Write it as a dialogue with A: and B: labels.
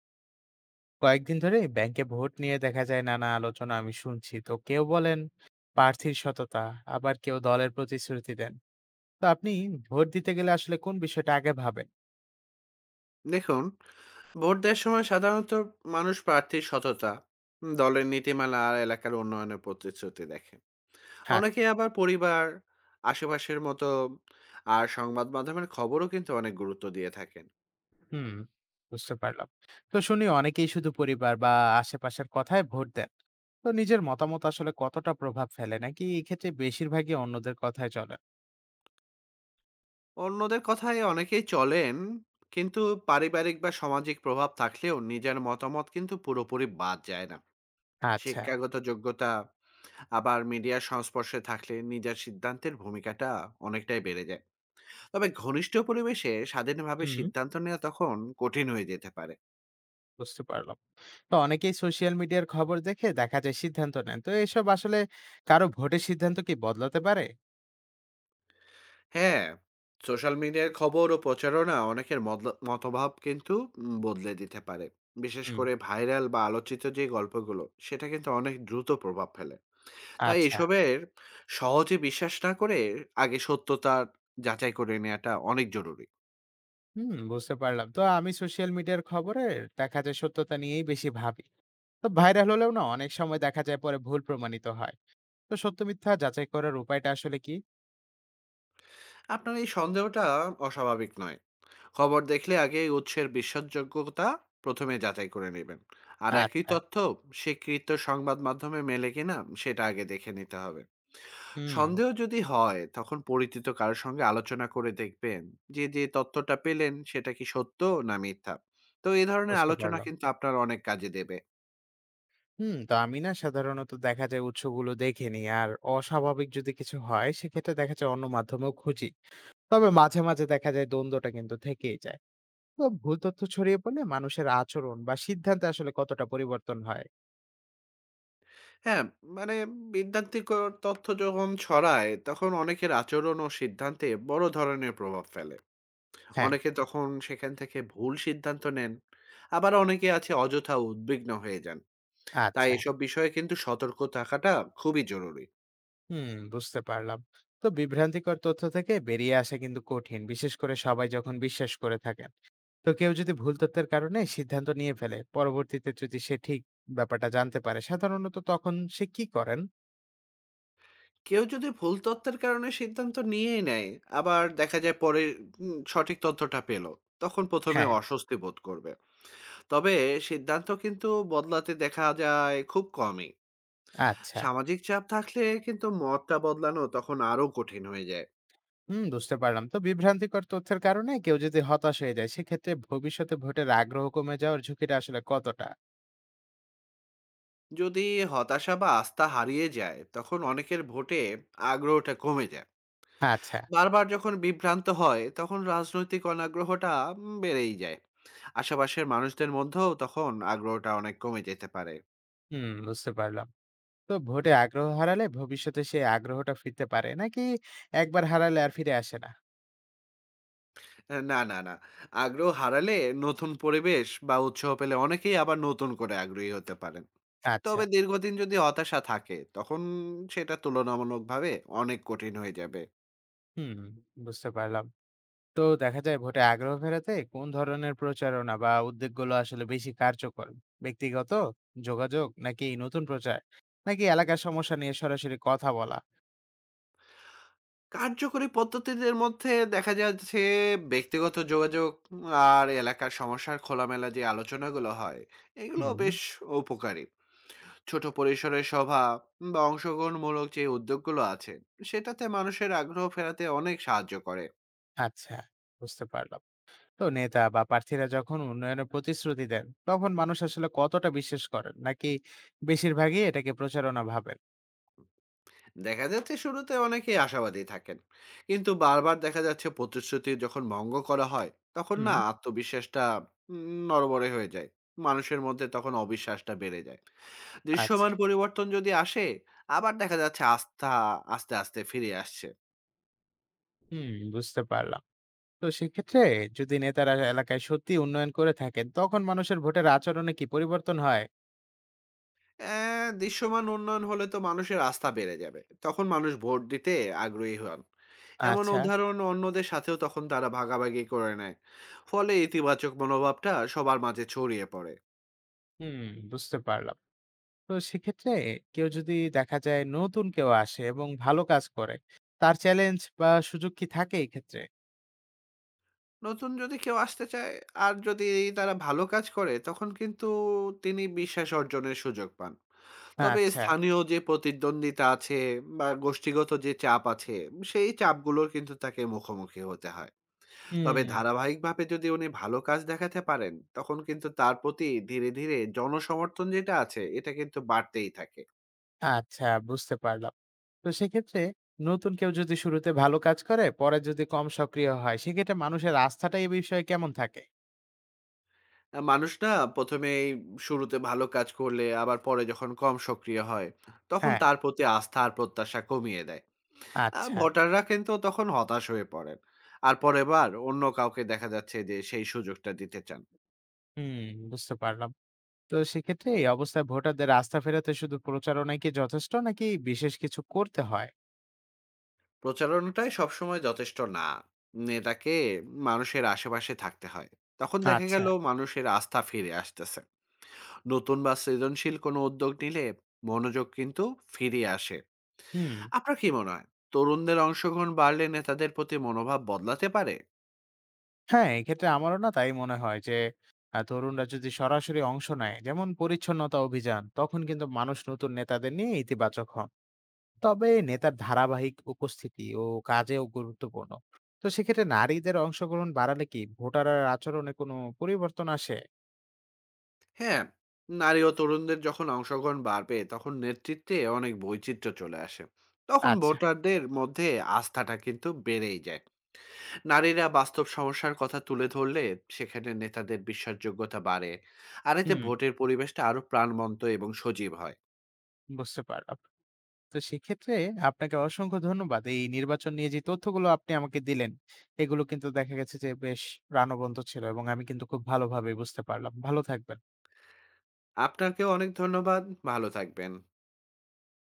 A: কয়েকদিন ধরে ব্যাংকে ভোট নিয়ে দেখা যায় নানা আলোচনা আমি শুনছি। তো কেউ বলেন প্রার্থীর সততা, আবার কেউ দলের প্রতিশ্রুতি দেন। তো আপনি ভোট দিতে গেলে আসলে কোন বিষয়টা আগে ভাবেন?
B: দেখুন, ভোট দেওয়ার সময় সাধারণত মানুষ প্রার্থীর সততা, দলের নীতিমালা আর এলাকার উন্নয়নের প্রতিশ্রুতি দেখে। অনেকে
A: আচ্ছা।
B: আবার পরিবার, আশেপাশের মতো আর সংবাদ মাধ্যমের খবরও কিন্তু অনেক গুরুত্ব দিয়ে থাকেন।
A: হুম, বুঝতে পারলাম। তো শুনি অনেকেই শুধু পরিবার বা আশেপাশের কথায় ভোট দেন, তো নিজের মতামত আসলে কতটা প্রভাব ফেলে, নাকি এক্ষেত্রে বেশিরভাগই অন্যদের কথায় চলে?
B: অন্যদের কথায় অনেকেই চলেন, কিন্তু পারিবারিক বা সামাজিক প্রভাব থাকলেও নিজের মতামত কিন্তু পুরোপুরি বাদ যায় না।
A: আচ্ছা।
B: শিক্ষাগত যোগ্যতা আবার মিডিয়ার সংস্পর্শে থাকলে নিজের সিদ্ধান্তের ভূমিকাটা অনেকটাই বেড়ে যায়। তবে ঘনিষ্ঠ পরিবেশে স্বাধীনভাবে
A: হুম,
B: সিদ্ধান্ত নেওয়া তখন কঠিন হয়ে যেতে পারে।
A: বুঝতে পারলাম। তো অনেকেই সোশ্যাল মিডিয়ার খবর দেখে দেখা যায় সিদ্ধান্ত নেন, তো এসব আসলে কারো ভোটের সিদ্ধান্ত কি বদলাতে পারে?
B: হ্যাঁ, সোশ্যাল মিডিয়ার খবর ও প্রচারণা অনেকের মতভাব কিন্তু বদলে দিতে পারে। বিশেষ
A: হুম।
B: করে ভাইরাল বা আলোচিত যে গল্পগুলো, সেটা কিন্তু অনেক দ্রুত প্রভাব ফেলে। তাই
A: আচ্ছা।
B: এসবের সহজে বিশ্বাস না করে আগে সত্যতা যাচাই করে নেওয়াটা অনেক জরুরি।
A: হুম, বুঝতে পারলাম। তো আমি সোশ্যাল মিডিয়ার খবরে দেখা যায় সত্যতা নিয়েই বেশি ভাবি। তো ভাইরাল হলেও না অনেক সময় দেখা যায় পরে ভুল প্রমাণিত হয়। তো সত্য মিথ্যা যাচাই করার উপায়টা আসলে কি?
B: আপনার এই সন্দেহটা অস্বাভাবিক নয়। খবর দেখলে আগে উৎসের বিশ্বাসযোগ্যতা প্রথমে যাচাই করে নেবেন। আর একই
A: আচ্ছা।
B: তথ্য স্বীকৃত সংবাদ মাধ্যমে মেলে কিনা, সেটা আগে দেখে নিতে হবে।
A: হুম,
B: সন্দেহ যদি হয় তখন পরিচিত কারোর সঙ্গে আলোচনা করে দেখবেন যে যে তথ্যটা পেলেন সেটা কি সত্য না মিথ্যা। তো এই ধরনের
A: বুঝতে
B: আলোচনা
A: পারলাম।
B: কিন্তু আপনার অনেক কাজে দেবে।
A: হুম, তো আমি না সাধারণত দেখা যায় উৎসগুলো দেখে নিই, আর অস্বাভাবিক যদি কিছু হয় সেক্ষেত্রে দেখা যায় অন্য মাধ্যমেও খুঁজি। তবে মাঝে মাঝে দেখা যায় দ্বন্দ্বটা কিন্তু থেকেই যায়। বা ভুল তথ্য ছড়িয়ে পড়লে মানুষের আচরণ বা সিদ্ধান্তে আসলে কতটা পরিবর্তন হয়?
B: হ্যাঁ, মানে বিদ্যান্তিক তথ্য যখন ছড়ায় তখন অনেকের আচরণ ও সিদ্ধান্তে বড় ধরনের প্রভাব ফেলে।
A: হ্যাঁ।
B: অনেকে তখন সেখান থেকে ভুল সিদ্ধান্ত নেন, আবার অনেকে আছে অযথা উদ্বিগ্ন হয়ে যান। তাই
A: আচ্ছা।
B: এসব বিষয়ে কিন্তু সতর্ক থাকাটা খুবই জরুরি।
A: হুম, বুঝতে পারলাম। তো বিভ্রান্তিকর তথ্য থেকে বেরিয়ে আসা কিন্তু কঠিন, বিশেষ করে সবাই যখন বিশ্বাস করে থাকেন। তো কেউ যদি ভুল তথ্যের কারণে সিদ্ধান্ত নিয়ে ফেলে, পরবর্তীতে যদি সে ঠিক ব্যাপারটা জানতে পারে, সাধারণত তখন সে কি করেন?
B: কেউ যদি ভুল তথ্যের কারণে সিদ্ধান্ত নিয়েই নেয়, আবার দেখা যায় পরে সঠিক তথ্যটা পেল, তখন ১ম
A: হ্যাঁ।
B: এ অস্বস্তি বোধ করবে। তবে সিদ্ধান্ত কিন্তু বদলাতে দেখা যায় খুব কমই।
A: আচ্ছা।
B: সামাজিক চাপ থাকলে কিন্তু মতটা বদলানো তখন আরও কঠিন হয়ে যায়।
A: হুম, বুঝতে পারলাম। তো বিভ্রান্তিকর তথ্যের কারণে কেউ যদি হতাশ হয়ে যায় সেক্ষেত্রে ভবিষ্যতে ভোটের আগ্রহ কমে যাওয়ার ঝুঁকিটা আসলে কতটা?
B: যদি হতাশা বা আস্থা হারিয়ে যায় তখন অনেকের ভোটে আগ্রহটা কমে যায়।
A: আচ্ছা।
B: বারবার যখন বিভ্রান্ত হয় তখন রাজনৈতিক অনাগ্রহটা বেড়েই যায়। আশেপাশের মানুষদের মধ্যেও তখন আগ্রহটা অনেক কমে যেতে পারে।
A: হুম, বুঝতে পারলাম। তো ভোটে আগ্রহ হারালে ভবিষ্যতে সেই আগ্রহটা ফিরতে পারে, নাকি একবার হারালে আর ফিরে আসে না?
B: না, না, না, আগ্রহ হারালে নতুন পরিবেশ বা উৎসাহ পেলে অনেকেই আবার নতুন করে আগ্রহী হতে পারেন।
A: আচ্ছা।
B: তবে দীর্ঘদিন যদি হতাশা থাকে তখন সেটা তুলনামূলকভাবে অনেক কঠিন হয়ে যাবে।
A: হুম, বুঝতে পারলাম। তো দেখা যায় ভোটে আগ্রহ ফেরাতে কোন ধরনের প্রচারণা বা উদ্যোগগুলো আসলে বেশি কার্যকর? ব্যক্তিগত যোগাযোগ, নাকি নতুন প্রচার, নাকি এলাকার সমস্যা নিয়ে সরাসরি কথা বলা?
B: কার্যকরী পদ্ধতিদের মধ্যে দেখা যাচ্ছে ব্যক্তিগত যোগাযোগ আর এলাকার সমস্যার খোলামেলা যে আলোচনাগুলো হয়, এগুলো
A: হুম।
B: বেশ উপকারী। ছোট পরিসরের সভা বা অংশগ্রহণমূলক যে উদ্যোগগুলো আছে, সেটাতে মানুষের আগ্রহ ফেরাতে অনেক সাহায্য করে।
A: আচ্ছা, বুঝতে পারলাম। তো নেতা বা প্রার্থীরা যখন উন্নয়নের প্রতিশ্রুতি দেন তখন মানুষ আসলে কতটা বিশ্বাস করেন, নাকি বেশিরভাগই এটাকে প্রচারণা ভাবেন?
B: দেখা যাচ্ছে শুরুতে অনেকেই আশাবাদী থাকেন, কিন্তু বারবার দেখা যাচ্ছে প্রতিশ্রুতি যখন ভঙ্গ করা হয় তখন
A: হুম।
B: না আত্মবিশ্বাসটা নড়বড়ে হয়ে যায়। মানুষের মধ্যে তখন অবিশ্বাসটা বেড়ে যায়।
A: আচ্ছা।
B: দৃশ্যমান পরিবর্তন যদি আসে, আবার দেখা যাচ্ছে আস্থা আস্তে, আস্তে ফিরে আসছে।
A: হুম, বুঝতে পারলাম। তো সেক্ষেত্রে যদি নেতারা এলাকায় সত্যি উন্নয়ন করে থাকেন তখন মানুষের ভোটের আচরণে কি পরিবর্তন হয়?
B: অ্যা দৃশ্যমান উন্নয়ন হলে তো মানুষের আস্থা বেড়ে যাবে। তখন মানুষ ভোট দিতে আগ্রহী হন। এমন
A: আচ্ছা।
B: উদাহরণ অন্যদের সাথেও তখন তারা ভাগাভাগি করে নেয়। ফলে ইতিবাচক মনোভাবটা সবার মাঝে ছড়িয়ে পড়ে।
A: হুম, বুঝতে পারলাম। তো সেক্ষেত্রে কেউ যদি দেখা যায় নতুন কেউ আসে এবং ভালো কাজ করে, তার চ্যালেঞ্জ বা সুযোগ কি থাকে এই ক্ষেত্রে?
B: নতুন যদি কেউ আসতে চায় আর যদি তারা ভালো কাজ করে, তখন কিন্তু তিনি বিশ্বাস অর্জনের সুযোগ পান। তবে
A: আচ্ছা।
B: স্থানীয় যে প্রতিদ্বন্দ্বিতা আছে বা গোষ্ঠীগত যে চাপ আছে, সেই চাপগুলোর কিন্তু তাকে মুখোমুখি হতে হয়। তবে
A: হুম।
B: ধারাবাহিকভাবে যদি উনি ভালো কাজ দেখাতে পারেন তখন কিন্তু তার প্রতি ধীরে ধীরে জনসমর্থন যেটা আছে এটা কিন্তু বাড়তেই থাকে।
A: আচ্ছা, বুঝতে পারলাম। তো সেক্ষেত্রে নতুন কেউ যদি শুরুতে ভালো কাজ করে পরে যদি কম সক্রিয় হয় সেক্ষেত্রে মানুষের আস্থাটা এই বিষয়ে কেমন থাকে?
B: মানুষ না প্রথমে এই শুরুতে ভালো কাজ করলে আবার পরে যখন কম সক্রিয় হয় তখন
A: হ্যাঁ।
B: তার প্রতি আস্থা আর প্রত্যাশা কমিয়ে দেয়।
A: আচ্ছা।
B: ভোটাররা কিন্তু তখন হতাশ হয়ে পড়েন আর পরের বার অন্য কাউকে দেখা যাচ্ছে যে সেই সুযোগটা দিতে চান।
A: হুম, বুঝতে পারলাম। তো সেক্ষেত্রে এই অবস্থায় ভোটারদের আস্থা ফেরাতে শুধু প্রচারণাই কি যথেষ্ট, নাকি বিশেষ কিছু করতে হয়?
B: প্রচারণাটাই সবসময় যথেষ্ট না। নেতাকে মানুষের আশেপাশে থাকতে হয়। তখন দেখা
A: আচ্ছা।
B: গেল মানুষের আস্থা ফিরে আসতেছে। নতুন বা সৃজনশীল কোনো উদ্যোগ নিলে মনোযোগ কিন্তু ফিরে আসে।
A: হুম।
B: আপনার কি মনে হয় তরুণদের অংশগ্রহণ বাড়লে নেতাদের প্রতি মনোভাব বদলাতে পারে?
A: হ্যাঁ, এক্ষেত্রে আমারও না তাই মনে হয় যে তরুণরা যদি সরাসরি অংশ নেয়, যেমন পরিচ্ছন্নতা অভিযান, তখন কিন্তু মানুষ নতুন নেতাদের নিয়ে ইতিবাচক হন। তবে নেতার ধারাবাহিক উপস্থিতি ও কাজেও গুরুত্বপূর্ণ। তো সেক্ষেত্রে নারীদের অংশগ্রহণ বাড়ালে কি ভোটারের আচরণে কোনো পরিবর্তন আসে?
B: হ্যাঁ, নারী ও তরুণদের যখন অংশগ্রহণ বাড়বে তখন নেতৃত্বে অনেক বৈচিত্র্য চলে আসে। তখন
A: আচ্ছা।
B: ভোটারদের মধ্যে আস্থাটা কিন্তু বেড়েই যায়। নারীরা বাস্তব সমস্যার কথা তুলে ধরলে সেখানে নেতাদের বিশ্বাসযোগ্যতা বাড়ে আর এতে
A: হুম,
B: ভোটের পরিবেশটা আরো প্রাণবন্ত এবং সজীব হয়।
A: বুঝতে পারলাম। তো সেক্ষেত্রে আপনাকে অসংখ্য ধন্যবাদ। এই নির্বাচন নিয়ে যে তথ্যগুলো আপনি আমাকে দিলেন, এগুলো কিন্তু দেখা গেছে যে বেশ প্রাণবন্ত ছিল এবং আমি কিন্তু খুব ভালোভাবে বুঝতে পারলাম। ভালো থাকবেন।
B: আপনাকেও অনেক ধন্যবাদ। ভালো থাকবেন।